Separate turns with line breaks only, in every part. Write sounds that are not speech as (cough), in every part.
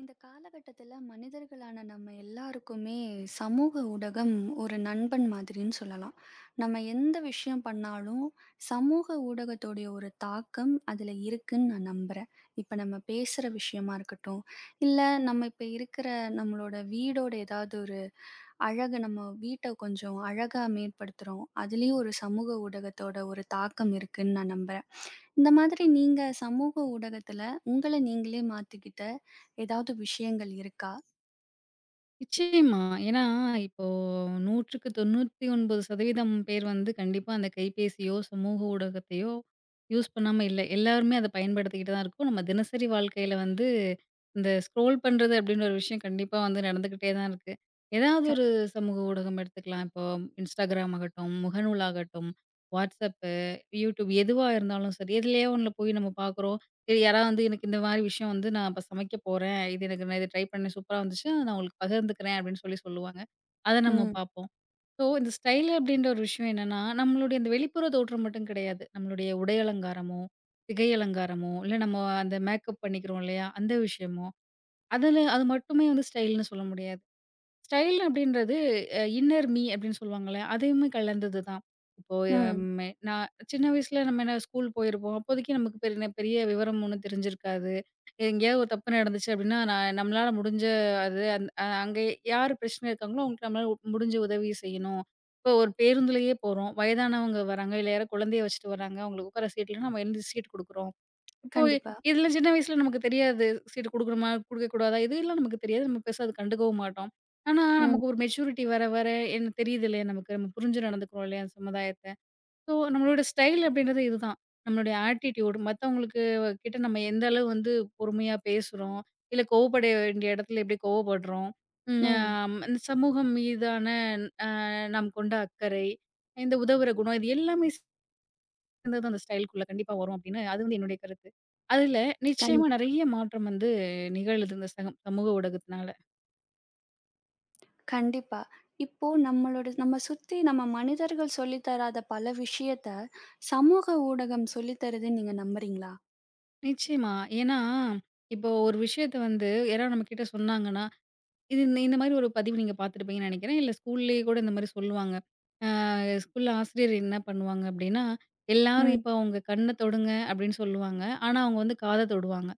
இந்த காலகட்டத்துல மனிதர்களான நம்ம எல்லாருக்குமே சமூக ஊடகம் ஒரு நண்பன் மாதிரின்னு சொல்லலாம். நம்ம எந்த விஷயம் பண்ணாலும், சமூக ஊடகத்தோடைய ஒரு தாக்கம் அதுல இருக்குன்னு நான் நம்புறேன். இப்ப நம்ம பேசுற விஷயமா இருக்கட்டும், இல்ல நம்ம இப்ப இருக்கிற நம்மளோட வீடோட ஏதாவது ஒரு அழகு நம்ம வீட்ட கொஞ்சம் அழகா மேம்படுத்துறோம். அதுலயும் ஒரு சமூக ஊடகத்தோட ஒரு தாக்கம் இருக்குன்னு நான் நம்புறேன். இந்த மாதிரி நீங்க சமூக ஊடகத்துல உங்கள நீங்களே மாத்திக்கிட்ட ஏதாவது விஷயங்கள் இருக்கா?
நிச்சயமா. ஏன்னா, இப்போ 100க்கு 99% பேர் வந்து கண்டிப்பா அந்த கைபேசியோ, சமூக ஊடகத்தையோ யூஸ் பண்ணாம இல்ல. எல்லாருமே அத பயன்படுத்திக்கிட்டு தான் இருக்கோம். நம்ம தினசரி வாழ்க்கையில வந்து இந்த ஸ்க்ரோல் பண்றது அப்டின்ற ஒரு விஷயம் கண்டிப்பா வந்து நடந்துகிட்டே தான் இருக்கு. ஏதாவது
க
ஒரு சமூக ஊடகம் எடுத்துக்கலாம். இப்போ Instagram ஆகட்டும், முகநூல் ஆகட்டும், WhatsApp, YouTube எதுவா இருந்தாலும் சரி, எதுலயோ ஒண்ணுல போய் நம்ம பார்க்குறோம். சரி யாராவது வந்து எனக்கு இந்த மாரி விஷயம் வந்து நான் இப்ப சமைக்க போறேன். இது எனக்கு நான் இத ட்ரை பண்ணேன் சூப்பரா வந்துச்சு. அத நான் உங்களுக்கு பகிர்ந்துக்கிறேன் அப்படின்னு சொல்லி சொல்லுவாங்க. அத நம்ம
ம்.
பார்ப்போம். ஸோ இந்த ஸ்டைல் அப்படின்ற ஒரு விஷயம் என்னன்னா, நம்மளுடைய இந்த வெளிப்புற தோற்றம் மட்டும் கிடையாது. நம்மளுடைய உடை அலங்காரமோ, சிகை அலங்காரமோ, இல்ல நம்ம அந்த மேக்கப் பண்ணிக்கிறோம் இல்லையா? அந்த விஷயமோ, அதுல அது மட்டுமே வந்து ஸ்டைல்ன்னு சொல்ல முடியாது. ஸ்டைல் அப்படின்றது இன்னர் மீ அப்படின்னு சொல்லுவாங்கல்ல, அதுவுமே கலந்தது தான். இப்போ
ம்.
ம் நான் சின்ன வயசுல நம்ம என்ன ஸ்கூல் போயிருப்போம். அப்போதைக்கு நமக்கு பெரிய பெரிய விவரம் ஒண்ணும் தெரிஞ்சிருக்காது. எங்கேயாவது ஒரு தப்பு நடந்துச்சு அப்படின்னா, நான் நம்மளால முடிஞ்ச அது அந் அங்கே யார் பிரச்சனை இருக்காங்களோ அவங்களுக்கு நம்மளால முடிஞ்ச உதவி செய்யணும். இப்போ ஒரு பேருந்துலயே போறோம். வயதானவங்க வராங்க, இல்ல யாரோ குழந்தைய வச்சுட்டு வராங்க. அவங்களுக்கு உட்கார சீட் இல்லைன்னா நம்ம எழுந்து சீட் குடுக்குறோம். இப்போ
கண்டிப்பா.
இதுல சின்ன வயசுல நமக்கு தெரியாது. சீட்டு குடுக்கணுமா? குடுக்கக்கூடாதா? இதெல்லாம் நமக்கு தெரியாது. நம்ம பெருசா அது கண்டுக்கவும் மாட்டோம். ஆனா,
ம்.
நமக்கு ஒரு மெச்சூரிட்டி வர வர என்ன தெரியுது இல்லையா நமக்கு. நம்ம புரிஞ்சு நடந்துக்கிறோம் இல்லையா சமுதாயத்த. ஸோ நம்மளோட ஸ்டைல் அப்படின்றது இதுதான். நம்மளுடைய ஆட்டிட்யூட் மத்தவங்களுக்கு கிட்ட நம்ம எந்த அளவு வந்து பொறுமையா பேசுறோம். இல்ல கோவப்பட வேண்டிய இடத்துல எப்படி கோவப்படுறோம். ம் அ
ம்.
இந்த சமூகம் மீதான நாம் கொண்ட அக்கறை, இந்த உதவுற குணம் இது எல்லாமே இருந்தது அந்த ஸ்டைலுக்குள்ள கண்டிப்பா வரும் அப்படின்னு அது வந்து என்னுடைய கருத்து. அதுல
கண்
நிச்சயமா நெறைய மாற்றம் வந்து நிகழுது இந்த சமூக ஊடகத்தினால.
கண்டிப்பா. இப்போ நம்ம சுத்தி நம்ம மனிதர்கள் சொல்லி தராத பல விஷயத்த சமூக ஊடகம் சொல்லி தருதுன்னு நீங்க நம்புறீங்களா?
நிச்சயமா. ஏன்னா, இப்போ ஒரு விஷயத்த வந்து யாராவது நம்ம கிட்ட சொன்னாங்கன்னா, இது இந்த இந்த மாரி ஒரு பதிவு நீங்க பார்த்துருப்பீங்கன்னு நெனைக்கிறேன். இல்ல ஸ்கூல்லயே கூட இந்த மாரி சொல்லுவாங்க. ஸ்கூல்ல ஆசிரியர் என்ன பண்ணுவாங்க அப்படின்னா, எல்லாரும்
ம்.
இப்போ அவங்க கண்ண தொடுங்க அப்படின்னு சொல்லுவாங்க. ஆனா அவங்க வந்து காத தொடுவாங்க.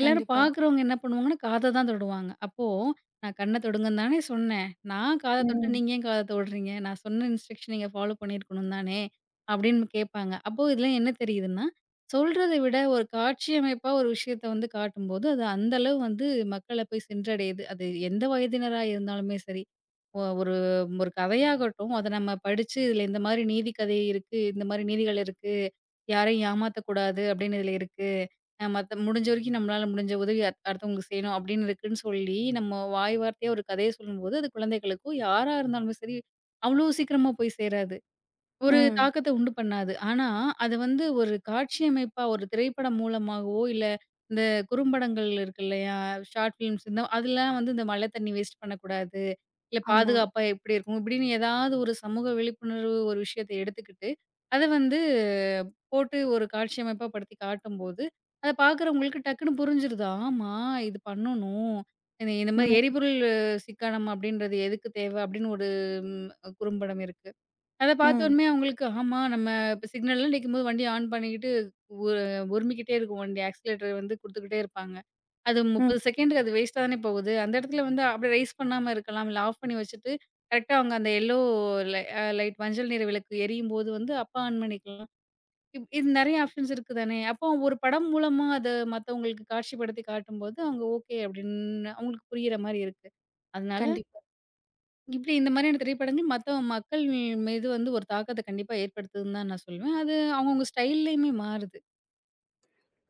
எல்லாரும்
கண்டிப்பா.
பார்க்குறவங்க என்ன பண்ணுவாங்கன்னா, காத தான் தொடுவாங்க. அப்போ நான் கண்ண தொடுங்கன்னு தானே சொன்னேன். நான் காத தொட்டா
ம்.
நீங்க ஏன் காத தொடுறீங்க? நான் சொன்ன இன்ஸ்ட்ரக்ஷன் நீங்க ஃபாலோ பண்ணியிருக்கணும் தானே! அப்படின்னு கேட்பாங்க. அப்போ இதுல என்ன தெரியுதுன்னா, சொல்றத விட ஒரு காட்சி அமைப்பா ஒரு விஷயத்த வந்து காட்டும்போது, அது அந்த அளவு வந்து மக்கள போய் சென்றடையுது. அது எந்த வயதினரா இருந்தாலுமே சரி. ஒரு ஒரு கதையாகட்டும், அத நம்ம படிச்சு, இதுல இந்த மாரி நீதி கதை இருக்கு, இந்த மாரி நீதிகள் இருக்கு யாரையும் ஏமாத்தக்கூடாது அப்படின்னு இதுல இருக்கு. மத்த முடிஞ்ச வரைக்கும் நம்மளால முடிஞ்ச உதவி அடுத்தவங்களுக்கு செய்யணும் அப்படின்னு இருக்குன்னு சொல்லி, நம்ம வாய் வார்த்தையா ஒரு கதைய சொல்லும்போது, அது குழந்தைகளுக்கும் யாரா இருந்தாலும் சரி, அவ்வளோ சீக்கிரமா போய் சேராது. ஒரு
ம்.
தாக்கத்த உண்டு பண்ணாது. ஆனா, அது வந்து ஒரு காட்சி அமைப்பா, ஒரு திரைப்படம் மூலமாகவோ, இல்ல இந்த குறும்படங்கள் இருக்கு இல்லையா? ஷார்ட் ஃபிலிம்ஸ் இந்த அதெல்லாம் வந்து இந்த மழை தண்ணி வேஸ்ட் பண்ணக்கூடாது. இல்ல
ஆமா.
பாதுகாப்பா எப்படி இருக்கும்? இப்படின்னு ஏதாவது ஒரு சமூக விழிப்புணர்வு ஒரு விஷயத்த எடுத்துக்கிட்டு, அத வந்து போட்டு ஒரு காட்சி அமைப்பா படுத்தி காட்டும்போது, அத பார்க்குறவங்களுக்கு டக்குனு புரிஞ்சிருது. ஆமா இது பண்ணணும். இந்த இந்த மாரி
ம்.
எரிபொருள் சிக்கனம் அப்படின்றது எதுக்கு தேவை? அப்படின்னு ஒரு ம் குறும்படம் இருக்கு. அத
ம்.
பார்த்தோனமே அவங்களுக்கு ஆமா நம்ம இப்ப சிக்னல்ல நிக்கும்போது வண்டிய ஆன் பண்ணிக்கிட்டு உ உருமிக்கிட்டே இருக்கும் வண்டி. ஆக்ஸிலேட்டர் வந்து குடுத்துக்கிட்டே இருப்பாங்க. அது
ம்.
30 செகண்டுக்கு அது வேஸ்ட்டா தானே போகுது. அந்த இடத்துல வந்து அப்படியே ரைஸ் பண்ணாம இருக்கலாம். இல்ல ஆஃப் பண்ணி வச்சுட்டு, கரெக்ட்டா அவங்க அந்த எல்லோ லை அ லைட் மஞ்சள் நிற விளக்கு எரியும்போது வந்து அப்ப ஆன் பண்ணிக்கலாம். இது நெறைய ஆப்ஷன்ஸ் இருக்கு தானே! அப்போ ஒரு படம் மூலமா அத மத்தவங்களுக்கு காட்சிப்படுத்தி காட்டும்போது, அவங்க ஓகே அப்படின்னு அவங்களுக்கு புரியிற மாரி இருக்கு. அதனால
கண்டிப்பா,
இப்படி இந்த மாதிரியான திரைப்படங்கள் மத்த மக்கள் மீது வந்து ஒரு தாக்கத்த கண்டிப்பா ஏற்படுத்துதுன்னு தான் நான் சொல்லுவேன். அது அவங்கவங்க ஸ்டைல்லயுமே மாறுது.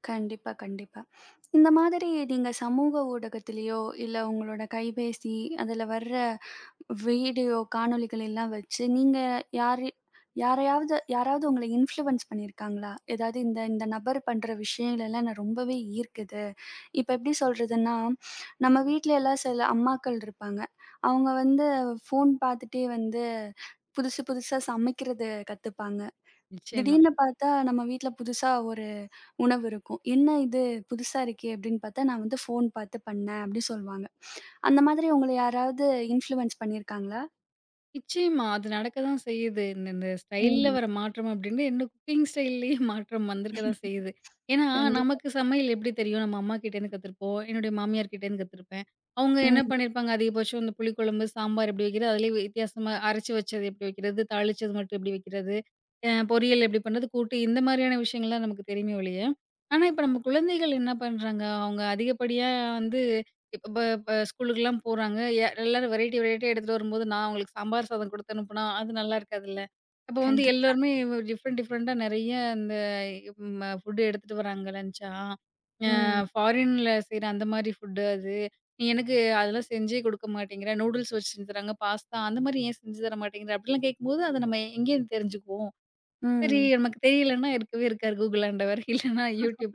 கண்டிப்பா, கண்டிப்பா. இந்த மாதிரி நீங்க சமூக ஊடகத்திலயோ, இல்ல உங்களோட கைபேசி, அதுல வர்ற வீடியோ காணொளிகள் எல்லாம் வச்சு, நீங்க யாரு யாரையாவது யாராவது உங்கள இன்ஃப்ளூயன்ஸ் பண்ணியிருக்காங்களா? ஏதாவது இந்த இந்த நபர் பண்ற விஷயங்கள்லாம் நான் ரொம்பவே ஈர்க்குது. இப்ப எப்படி சொல்றதுன்னா, நம்ம வீட்ல எல்லாம் சில அம்மாக்கள் இருப்பாங்க. அவங்க வந்து ஃபோன் பார்த்துட்டே வந்து புதுசு புதுசா சமைக்கிறது கத்துப்பாங்க.
நிச்சயமா.
திடீர்னு பார்த்தா நம்ம வீட்ல புதுசா ஒரு உணவு இருக்கும். "என்ன இது புதுசா இருக்கே!" அப்படின்னு பார்த்தா, "நான் வந்து ஃபோன் பார்த்து பண்ணேன்" அப்படி சொல்வாங்க. அந்த மாதிரி உங்கள யாராவது இன்ஃப்ளூயன்ஸ் பண்ணியிருக்காங்களா?
நிச்சயமா. அது நடக்க தான் செய்யுது. இந்த இந்த ஸ்டைல்ல
ம்.
வர மாற்றம் அப்படின்னு என்ன குக்கிங் ஸ்டைல்லயே (laughs) மாற்றம் வந்திருக்க தான் செய்யுது. ஏன்னா,
கண்டி
நமக்கு சமையல் எப்படி தெரியும்? நம்ம அம்மாகிட்டேருந்து கத்துருப்போம். என்னுடைய மாமியார் கிட்டேருந்து கத்துருப்பேன். அவங்க என்ன
ம்.
பண்ணியிருப்பாங்க, அதிகபட்சம் இந்த புளிக்குழம்பு, சாம்பார் எப்படி வைக்கிறது? அதிலயே வித்தியாசமா அரைச்சு வச்சது எப்படி வைக்கிறது? தாளிச்சது மட்டும் எப்படி வைக்கிறது? பொரியல் எப்படி பண்றது? கூட்டு இந்த மாரியான விஷயங்கள்லாம் நமக்கு தெரியுமே ஒழிய, ஆனா இப்ப நம்ம குழந்தைகள் என்ன பண்றாங்க? அவங்க அதிகப்படியா வந்து இப்ப இப்ப ஸ்கூலுக்குலாம் போறாங்க. எல்லாரும் வெரைட்டி வெரைட்டியா எடுத்துட்டு வரும்போது, நான் அவங்களுக்கு சாம்பார் சாதம் குடுத்து அனுப்புனா, அது நல்லா இருக்காதுல்ல. அப்போ வந்து
கண்டிப்பா.
எல்லாருமே டிஃப்ரெண்ட் டிஃப்ரெண்ட்டா நெறைய இந்த ஃபுட் எடுத்துட்டு வராங்க லன்ச்சா. அ
ம்.
ஃபாரின்ல செய்ற அந்த மாரி ஃபுட்டு அது. "நீ எனக்கு அதெல்லாம் செஞ்சே குடுக்க மாட்டேங்கிற. நூடுல்ஸ் வச்சு செஞ்சு தராங்க, பாஸ்தா அந்த மாரி ஏன் செஞ்சு தர மாட்டேங்கிற?" அப்படிலாம் கேட்கும்போது, அத நம்ம எங்கேருந்து தெரிஞ்சுக்குவோம்? சரி
ம்.
நமக்கு தெரியலன்னா இருக்கவே இருக்காது. Google ஆண்டவர். இல்லன்னா YouTube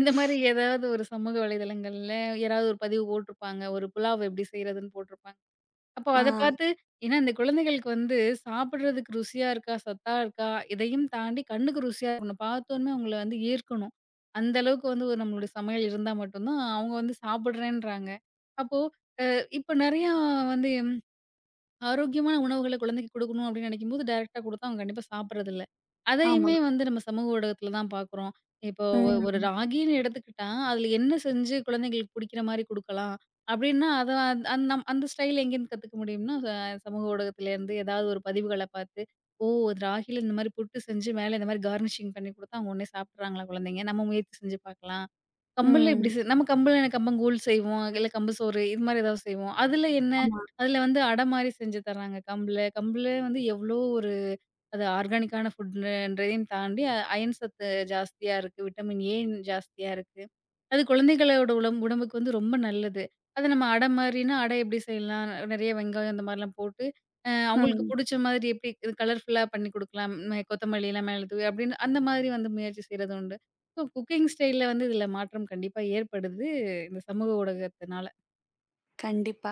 இந்த மாரி ஏதாவது ஒரு சமூக வலைதளங்கள்ல யாராவது ஒரு பதிவு போட்டிருப்பாங்க. ஒரு புலாவ் எப்படி செய்றதுன்னு போட்டிருப்பாங்க. அப்போ
ஆ.
அத பார்த்து ஏன்னா இந்த குழந்தைகளுக்கு வந்து சாப்பிடுறதுக்கு ருசியா இருக்கா? சத்தா இருக்கா? இதையும் தாண்டி கண்ணுக்கு ருசியா இருக்கணும். பார்த்தோனே அவங்கள வந்து ஈர்க்கணும். அந்த அளவுக்கு வந்து ஒரு நம்மளுடைய சமையல் இருந்தா மட்டும் தான் அவங்க வந்து சாப்பிடுறேன்றாங்க. அப்போ அ இப்ப நெறையா வந்து ஆரோக்கியமான உணவுகள குழந்தைக்கு குடுக்கணும் அப்படின்னு நினைக்கும்போது, டைரக்ட்டா குடுத்தா அவங்க கண்டிப்பா சாப்பிடுறதில்ல.
ஆமா.
அதையுமே வந்து நம்ம சமூக ஊடகத்தில தான் பார்க்குறோம். இப்போ ஒரு
ம்.
ராகின்னு எடுத்துக்கிட்டா, அதில என்ன செஞ்சு குழந்தைங்களுக்கு பிடிக்கிற மாரி குடுக்கலாம் அப்படின்னா, அத அந்த ஸ்டைல் எங்கேருந்து கத்துக்க முடியும்னா, சமூக ஊடகத்திலேருந்து ஏதாவது ஒரு பதிவுகள பார்த்து, "ஓ! இது ராகில இந்த மாரி புட்டு செஞ்சு மேல இந்த மாரி கார்னிஷிங் பண்ணி குடுத்தா அவங்க உடனே சாப்பிட்றாங்களா குழந்தைங்க? நம்ம முயற்சி செஞ்சு பார்க்கலாம்." கம்புல இப்டி
ம்.
செய் நம்ம கம்புல என்ன கம்பங்கூழ் செய்வோம். இல்ல கம்பு சோறு இது மாரி ஏதாவது செய்வோம். அதுல என்ன?
ஆமா.
அதுல வந்து அடை மாரி செஞ்சு தர்றாங்க கம்புல. கம்புல வந்து எவ்ளோ ஒரு அது ஆர்கானிக்கான ஃபுட்ன்றதையும் தாண்டி அயன் சத்து ஜாஸ்தியா இருக்கு. விட்டமின் ஏ ஜாஸ்தியா இருக்கு. அது குழந்தைகளோட உடம்புக்கு வந்து ரொம்ப நல்லது. அத நம்ம அடை மாரினா, அடை எப்படி செய்யலாம்? நெறைய வெங்காயம் இந்த மாரிலாம் போட்டு, அவங்களுக்கு
ம்.
புடிச்ச மாதிரி எப்படி இது கலர்ஃபுல்லா பண்ணி குடுக்கலாம். கொத்தமல்லிலாம் மேல தூவி அப்படின்னு அந்த மாதிரி வந்து முயற்சி செய்றது உண்டு. ஸோ குக்கிங் ஸ்டைல்ல வந்து இதுல மாற்றம் கண்டிப்பா ஏற்படுது. இந்த சமூக ஊடகத்தினால.
கண்டிப்பா.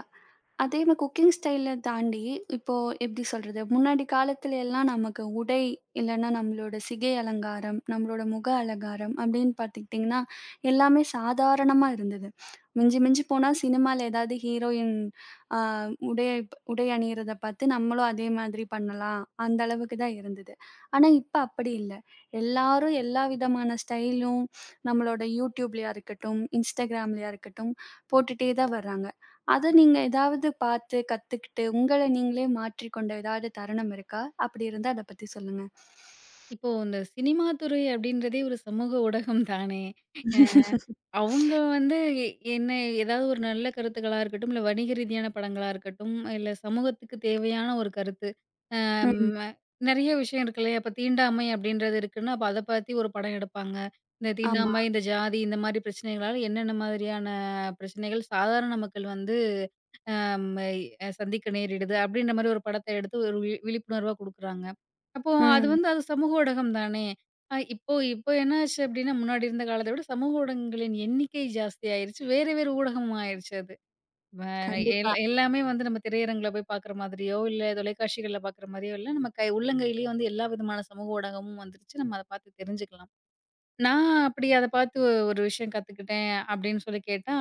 அதே மாரி குக்கிங் ஸ்டைல தாண்டி, இப்போ எப்படி சொல்றது? முன்னாடி காலத்துல எல்லாம் நமக்கு உடை, இல்லன்னா நம்மளோட சிகை அலங்காரம், நம்மளோட முக அலங்காரம் அப்படின்னு பார்த்துக்கிட்டிங்கன்னா, எல்லாமே சாதாரணமா இருந்தது. மிஞ்சி மிஞ்சி போனா சினிமால ஏதாவது ஹீரோயின் அ உடை உடை அணியிறத பார்த்து நம்மளும் அதே மாதிரி பண்ணலாம். அந்த அளவுக்கு தான் இருந்தது. ஆனா இப்ப அப்படி இல்ல. எல்லாரும் எல்லா விதமான ஸ்டைலும் நம்மளோட YouTubeலயா இருக்கட்டும், Instagramலயா இருக்கட்டும் போட்டுட்டே தான் வர்றாங்க. அத நீங்க ஏதாவது பார்த்து, கத்துக்கிட்டு, உங்கள நீங்களே மாற்றிக்கொண்ட ஏதாவது தருணம் இருக்கா? அப்படி இருந்தா அத பத்தி சொல்லுங்க.
இப்போ இந்த சினிமா துறை அப்படின்றதே ஒரு சமூக ஊடகம் தானே. அ அவங்க வந்து எ- என்ன ஏதாவது ஒரு நல்ல கருத்துக்களா இருக்கட்டும், இல்ல வணிக ரீதியான படங்களா இருக்கட்டும், இல்ல சமூகத்துக்கு தேவையான ஒரு கருத்து. அம்
ம்.
நெறைய விஷயம் இருக்கு இல்லையா? இப்ப தீண்டாமை அப்படின்றது இருக்குன்னா, அப்ப அத பத்தி ஒரு படம் எடுப்பாங்க. இந்த
ஆமா.
தீண்டாமை, இந்த ஜாதி இந்த மாரி பிரச்சனைகளால என்னென்ன மாதிரியான பிரச்சனைகள் சாதாரண மக்கள் வந்து நம்மை சந்திக்க நேரிடுது. அப்படின்ற மாரி ஒரு படத்த எடுத்து ஒரு விழிப்புணர்வா குடுக்குறாங்க. அப்போ அது
ம்.
வந்து அது சமூக ஊடகம் தானே! இப்போ இப்போ என்ன ஆச்சு அப்படின்னா, முன்னாடி இருந்த காலத்த விட சமூக ஊடகங்களின் எண்ணிக்கை ஜாஸ்தியாயிருச்சு. வேற வேற ஊடகமா ஆயிருச்சு அது. வ எல்
கண்டிப்பா.
எல்லாமே வந்து நம்ம திரையரங்குல போய் பார்க்குற மாதிரியோ, இல்ல தொலைக்காட்சிகள்ல பார்க்குற மாரியோ இல்ல. நம்ம கை உள்ளங்கையிலேயே வந்து எல்லா விதமான சமூக ஊடகமும் வந்துருச்சு. நம்ம அத பார்த்து தெரிஞ்சுக்கலாம். நான் அப்படி அத பார்த்து ஒரு விஷயம் கத்துக்கிட்டேன் அப்படின்னு சொல்லி கேட்டா,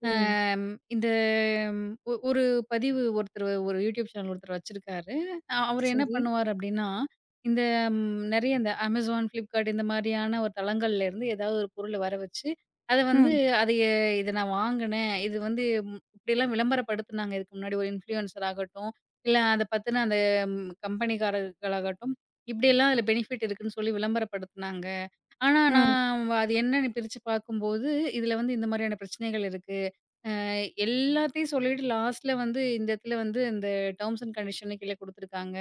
ம்.
அம் இந்த ம், ஒ ஒரு பதிவு ஒருத்தர் ஒரு யூடியூப் சேனல் ஒருத்தர் வச்சிருக்காரு. அவரு என்ன
சரி.
பண்ணுவார் அப்படின்னா, இந்த நெறைய இந்த Amazon, Flipkart இந்த மாரியான ஒரு தளங்கள்ல இருந்து ஏதாவது ஒரு பொருள வர வச்சு, அத வந்து
ம்.
"அதைய இத நான் வாங்குனேன். இது வந்து இப்படிலாம் விளம்பரப்படுத்துனாங்க இதுக்கு முன்னாடி ஒரு இன்ஃப்ளூயன்சர் ஆகட்டும், இல்ல அத பத்தின அந்த கம்பெனிக்காரர்களாகட்டும், இப்படியெல்லாம் அதுல பெனிஃபிட் இருக்குன்னு சொல்லி விளம்பரப்படுத்துனாங்க. ஆனா,
ம்.
நான் வ அது என்னன்னு பிரிச்சு பார்க்கும்போது, இதுல வந்து இந்த மாரியான பிரச்சனைகள் இருக்கு. அ எல்லாத்தையும் சொல்லிட்டு லாஸ்ட்ல வந்து இந்த இடத்துல வந்து இந்த டெர்ம்ஸ் அண்ட் கண்டிஷன்னு கீழ குடுத்துருக்காங்க.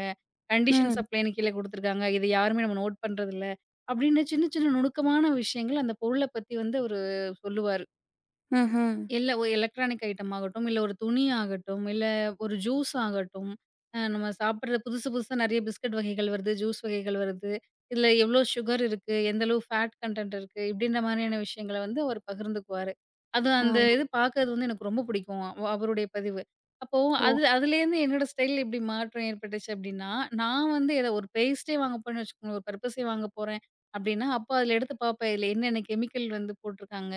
கண்டிஷன்ஸ்
ம்.
அப்ளைன்னு கீழ குடுத்துருக்காங்க. இத யாருமே நம்ம நோட் பண்றதில்ல. அப்படின்னு சின்ன சின்ன நுணுக்கமான விஷயங்கள் அந்த பொருள பத்தி வந்து அவரு சொல்லுவாரு.
ம்ஹ்ம்.
இல்ல ஒரு எலக்ட்ரானிக் ஐட்டம் ஆகட்டும், இல்ல ஒரு துணி ஆகட்டும், இல்ல ஒரு ஜூஸ் ஆகட்டும், நம்ம சாப்பிடுற புதுசு புதுசா நெறைய பிஸ்கட் வகைகள் வருது, ஜூஸ் வகைகள் வருது. இதுல எவ்ளோ சுகர் இருக்கு, எந்த அளவு ஃபேட் கன்டென்ட் இருக்கு, இப்படின்ற மாரியான விஷயங்கள வந்து அவர் பகிர்ந்துக்குவாரு. அது அந்த
ஆமா.
இது பார்க்கறது வந்து எனக்கு ரொம்ப பிடிக்கும். அவருடைய பதிவு. அப்போ
ஓ!
அது அதுலேருந்து என்னோட ஸ்டைல் எப்படி மாற்றம் ஏற்பட்டுச்சு அப்படின்னா, நான் வந்து ஏதோ ஒரு பேஸ்ட்டே வாங்க போறேன்னு வச்சுக்கோங்களேன், ஒரு பர்ப்பஸே வாங்க போறேன் அப்படின்னா, அப்போ அதுல எடுத்து பார்ப்பேன். இதுல என்னென்ன கெமிக்கல் வந்து போட்டுருக்காங்க?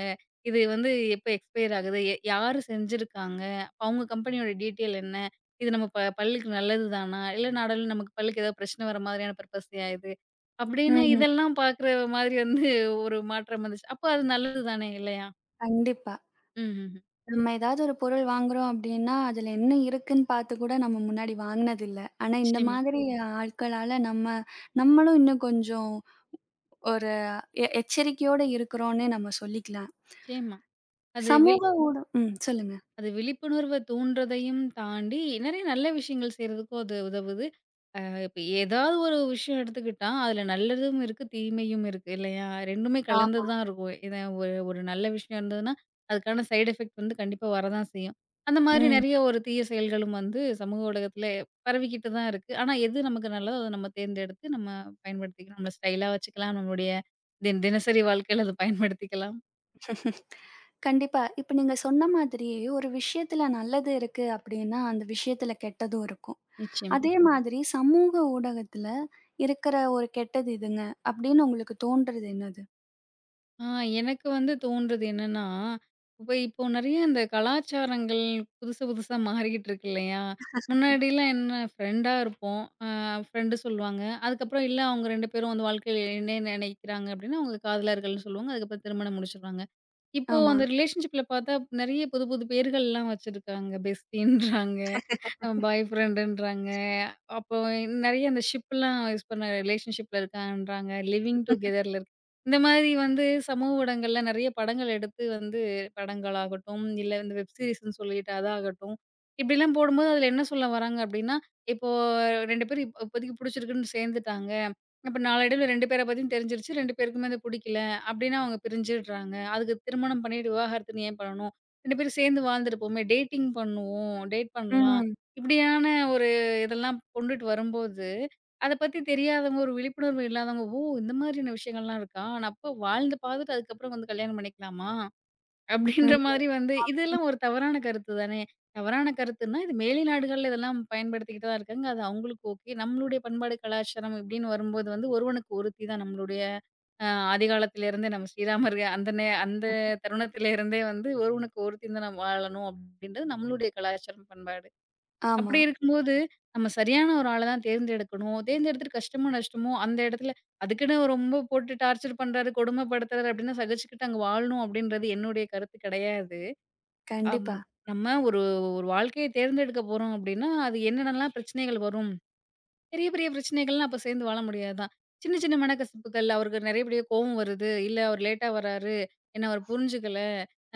இது வந்து எப்ப எக்ஸ்பயர் ஆகுது? யாரு செஞ்சிருக்காங்க? அவங்க கம்பெனியோட டீட்டெயில் என்ன? இது நம்ம பல்லுக்கு நல்லது தானா? இல்ல நாளடைவுல நமக்கு பல்லுக்கு ஏதாவது பிரச்சனை வர மாதிரியான பர்பஸ்லயா இது? அப்படின்னு
ம்.
இதெல்லாம் பார்க்குற மாதிரி வந்து ஒரு மாற்றம் வந்துச்சு. அப்ப அது நல்லது தானே இல்லையா?
கண்டிப்பா.
ம்ஹ்ஹ்ம்.
நம்ம ஏதாவது ஒரு பொருள் வாங்குறோம் அப்படின்னா, அதுல என்ன இருக்குன்னு பார்த்து கூட நம்ம முன்னாடி வாங்குனதில்ல. ஆனா, இந்த
நிச்சயமா,
மாதிரி ஆட்களால நம்ம நம்மளும் இன்னும் கொஞ்சம் ஒரு எச்சரிக்கையோட இருக்கிறோம்னே நம்ம சொல்லிக்கலாம்.
நிச்சயமா. அது
சமூக
வில்
ஊட ம். சொல்லுங்க.
அது விழிப்புணர்வ தூண்டுறதையும் தாண்டி நெறைய நல்ல விஷயங்கள் செய்றதுக்கும் அது உதவுது. இப்ப ஏதாவது ஒரு விஷயம் எடுத்துக்கிட்டா, அதுல நல்லதும் இருக்கு, தீமையும் இருக்கு இல்லையா? 2மே கலந்து
ஆமா.
தான் இருக்கும். இது ஒரு ஒரு நல்ல விஷயம் இருந்ததுன்னா, அதுக்கான சைட் எஃபெக்ட் வந்து கண்டிப்பா வரதான் செய்யும். அந்த மாதிரி
ம்.
நெறைய ஒரு தீய செயல்களும் வந்து சமூக ஊடகத்துல பரவிக்கிட்டு தான் இருக்கு. ஆனா எது நமக்கு நல்லதோ, அத நம்ம தேர்ந்தெடுத்து நம்ம பயன்படுத்திக்கணும். நம்மள ஸ்டைலா வச்சுக்கலாம். நம்மளுடைய தின தினசரி வாழ்க்கையில அத பயன்படுத்திக்கலாம்.
கண்டிப்பா. இப்ப நீங்க சொன்ன மாதிரி ஒரு விஷயத்துல நல்லது இருக்கு அப்டின்னா, அந்த விஷயத்துல கெட்டதும் இருக்கும்.
நிச்சயமா.
அதே மாதிரி சமூக ஊடகத்துல இருக்கிற ஒரு கெட்டது இதுங்க அப்டின்னு உங்களுக்கு தோன்றது என்னது?
ஆ எனக்கு வந்து தோன்றது என்னன்னா, இப்போ நெறைய இந்த கலாச்சாரங்கள் புதுசு புதுசா மாறிக்கிட்டு இருக்கு இல்லையா? முன்னாடிலாம் என்ன ஃப்ரெண்டா இருப்போம். ஃப்ரெண்டு சொல்லுவாங்க. அதுக்கப்புறம் இல்ல அவங்க 2 பேரும் வந்து வாழ்க்கையில என்ன நினைக்கிறாங்க அப்படின்னா, அவங்க காதலர்கள்ன்னு சொல்லுவாங்க. அதுக்கப்புறம் திருமணம் முடிச்சுடுவாங்க. இப்போ
ஆமா.
அந்த ரிலேஷன்ஷிப்ல பார்த்தா நெறைய புது புது பேர்கள்லாம் வச்சிருக்காங்க. பெஸ்டின்றாங்க. பாய் ஃப்ரெண்டுன்றாங்க. அப்போ நெறைய அந்த ஷிப்லாம் யூஸ் பண்ண ரிலேஷன்ஷிப்ல இருக்கான்றாங்க. லிவிங் டுகெதர்ல இருக்கு. இந்த மாதிரி வந்து சமூக ஊடகங்கள்ல நெறைய படங்கள் எடுத்து வந்து படங்களாகட்டும், இல்ல இந்த வெப் சீரிஸ்ன்னு சொல்லிட்டு அதாகட்டும். இப்படிலாம் போடும்போது அதில என்ன சொல்ல வராங்க அப்படின்னா, இப்போ 2 பேரும் இப்போதைக்கு புடிச்சிருக்குன்னு சேர்ந்துட்டாங்க. அப்ப நாளடைவுல 2 பேர பத்தியும் தெரிஞ்சிருச்சு. 2 பேருக்குமே அது புடிக்கல அப்படின்னா அவங்க பிரிஞ்சிடுறாங்க. அதுக்கு திருமணம் பண்ணிட்டு விவாகரத்துன்னு ஏன் பண்ணணும்? 2 பேரும் சேர்ந்து வாழ்ந்துட்டு போவோமே! டேட்டிங் பண்ணுவோம். டேட் பண்ணலாம்.
ம்.
இப்படியான ஒரு இதெல்லாம் கொண்டுட்டு வரும்போது, அத பத்தி தெரியாதவங்க, ஒரு விழிப்புணர்வு இல்லாதவங்க, "ஓ! இந்த மாதிரியான விஷயங்கள்லாம் இருக்கா? நான் அப்போ வாழ்ந்து பார்த்துட்டு அதுக்கப்புறம் வந்து கல்யாணம் பண்ணிக்கலாமா?"
ம்.
அப்படின்ற மாதிரி வந்து இதெல்லாம் ஒரு தவறான கருத்து தானே! தவறான கருத்துன்னா, இது மேலை நாடுகள்ல இதெல்லாம் பயன்படுத்திக்கிட்டு தான் இருக்காங்க. அது அவங்களுக்கு ஓகே. நம்மளுடைய பண்பாடு, கலாச்சாரம் இப்படின்னு வரும்போது வந்து ஒருவனுக்கு ஒருத்தி தான் நம்மளுடைய ஆதிகாலத்திலிருந்தே நம்ம ஸ்ரீராமர் அந்த அந்த தருணத்திலிருந்தே வந்து ஒருவனுக்கு ஒருத்தின்னு தான் நம்ம வாழணும் அப்படின்றது நம்மளுடைய கலாச்சாரம், பண்பாடு.
ஆமா.
அப்படி இருக்கும்போது, நம்ம சரியான ஒரு ஆள தான் தேர்ந்தெடுக்கணும். தேர்ந்தெடுத்துட்டு கஷ்டமோ, நஷ்டமோ அந்த இடத்துல அதுக்குன்னு ரொம்ப போட்டு டார்ச்சர் பண்றாரு, கொடுமைப்படுத்துறாரு அப்டின்னா சகிச்சுக்கிட்டு அங்க வாழணும் அப்டின்றது என்னுடைய கருத்து கிடையாது. அம்
கண்டிப்பா.
நம்ம ஒரு ஒரு வாழ்க்கைய தேர்ந்தெடுக்க போறோம் அப்டின்னா, அது என்னென்னலாம் பிரச்சனைகள் வரும்? பெரிய, பெரிய பிரச்சனைகள்லாம் அப்ப சேர்ந்து வாழ முடியாதுதான். சின்ன, சின்ன மனக்கசப்புகள் அவருக்கு நிறையபடியா கோவம் வருது. இல்ல அவர் லேட்டா வராரு. என்ன அவர் புரிஞ்சுக்கல.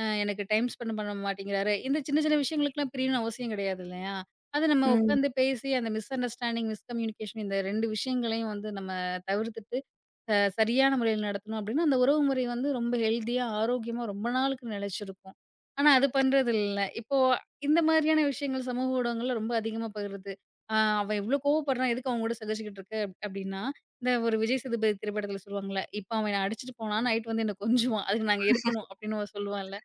எனக்கு டைம் ஸ்பெண்ட் பண்ண மாட்டேங்கிறாரு. இந்த சின்ன, சின்ன விஷயங்களுக்கெல்லாம் பிரியணும்னு அவசியம் கிடையாது இல்லையா? அது நம்ம
ம்.
உட்காந்து பேசி அந்த மிஸ் அண்டர்ஸ்டாண்டிங், மிஸ் கம்யூனிகேஷன் இந்த 2 விஷயங்களையும் வந்து நம்ம தவிர்த்துட்டு சரியான முறையில நடத்தணும் அப்டின்னா, அந்த உறவு முறை வந்து ரொம்ப ஹெல்தியா, ஆரோக்கியமா ரொம்ப நாளுக்கு நிலைச்சிருக்கும். ஆனா அது பண்றதில்ல. இப்போ இந்த மாதிரியான விஷயங்கள் சமூக ஊடகங்கள்ல ரொம்ப அதிகமா பகிருது. ஆ அவன் இவ்ளோ கோவப்படுறான், எதுக்கு அவன் கூட சகிச்சுக்கிட்டு இருக்க? அப்டின்னா, இந்த ஒரு விஜய் சேதுபதி திரைப்படத்துல சொல்லுவாங்கல்ல, இப்ப அவன் என்ன அடிச்சுட்டு போனான், நைட் வந்து என்ன கொஞ்சுவான். அதுக்கு நாங்க இருக்கணும் அப்டின்னு அவன் சொல்லுவான்ல.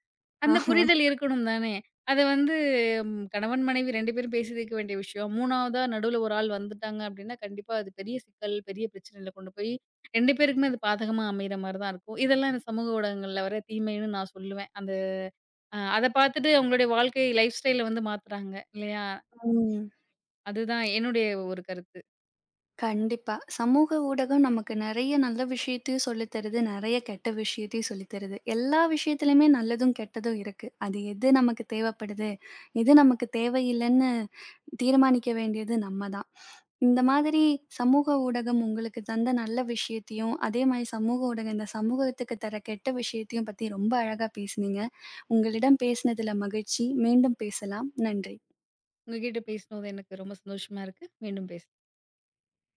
அந்த
ஆமா.
புரிதல் இருக்கணும் தானே! அத வந்து கணவன், மனைவி 2 பேரும் பேசி தீர்க்க வேண்டிய விஷயம். 3வதா நடுவுல ஒரு ஆள் வந்துட்டாங்க அப்டின்னா, கண்டிப்பா அது பெரிய சிக்கல், பெரிய பிரச்சனையில கொண்டு போய் 2 பேருக்குமே அது பாதகமா அமையிற மாரி தான் இருக்கும். இதெல்லாம் இந்த சமூக ஊடகங்கள்ல வர தீமைன்னு நான் சொல்லுவேன். அந்த அத பார்த்துட்டு அவங்களுடைய வாழ்க்கை லைஃப் ஸ்டைல வந்து மாத்துறாங்க இல்லையா?
ம்.
அதுதான் என்னுடைய ஒரு கருத்து.
கண்டிப்பா. சமூக ஊடகம் நமக்கு நெறைய நல்ல விஷயத்தையும் சொல்லித் தருது, நெறைய கெட்ட விஷயத்தையும் சொல்லித் தருது. எல்லா விஷயத்துலயுமே நல்லதும், கெட்டதும் இருக்கு. அது எது நமக்கு தேவைப்படுது, எது நமக்கு தேவையில்லன்னு தீர்மானிக்க வேண்டியது நம்ம தான். இந்த மாதிரி சமூக ஊடகம் உங்களுக்கு தந்த நல்ல விஷயத்தையும், அதே மாரி சமூக ஊடகம் இந்த சமூகத்துக்கு தர கெட்ட விஷயத்தையும் பத்தி ரொம்ப அழகா பேசுனீங்க. உங்களிடம் பேசினதுல மகிழ்ச்சி. மீண்டும் பேசலாம். நன்றி.
உங்ககிட்ட பேசினது எனக்கு ரொம்ப சந்தோஷமா இருக்கு. மீண்டும் பேசலாம்.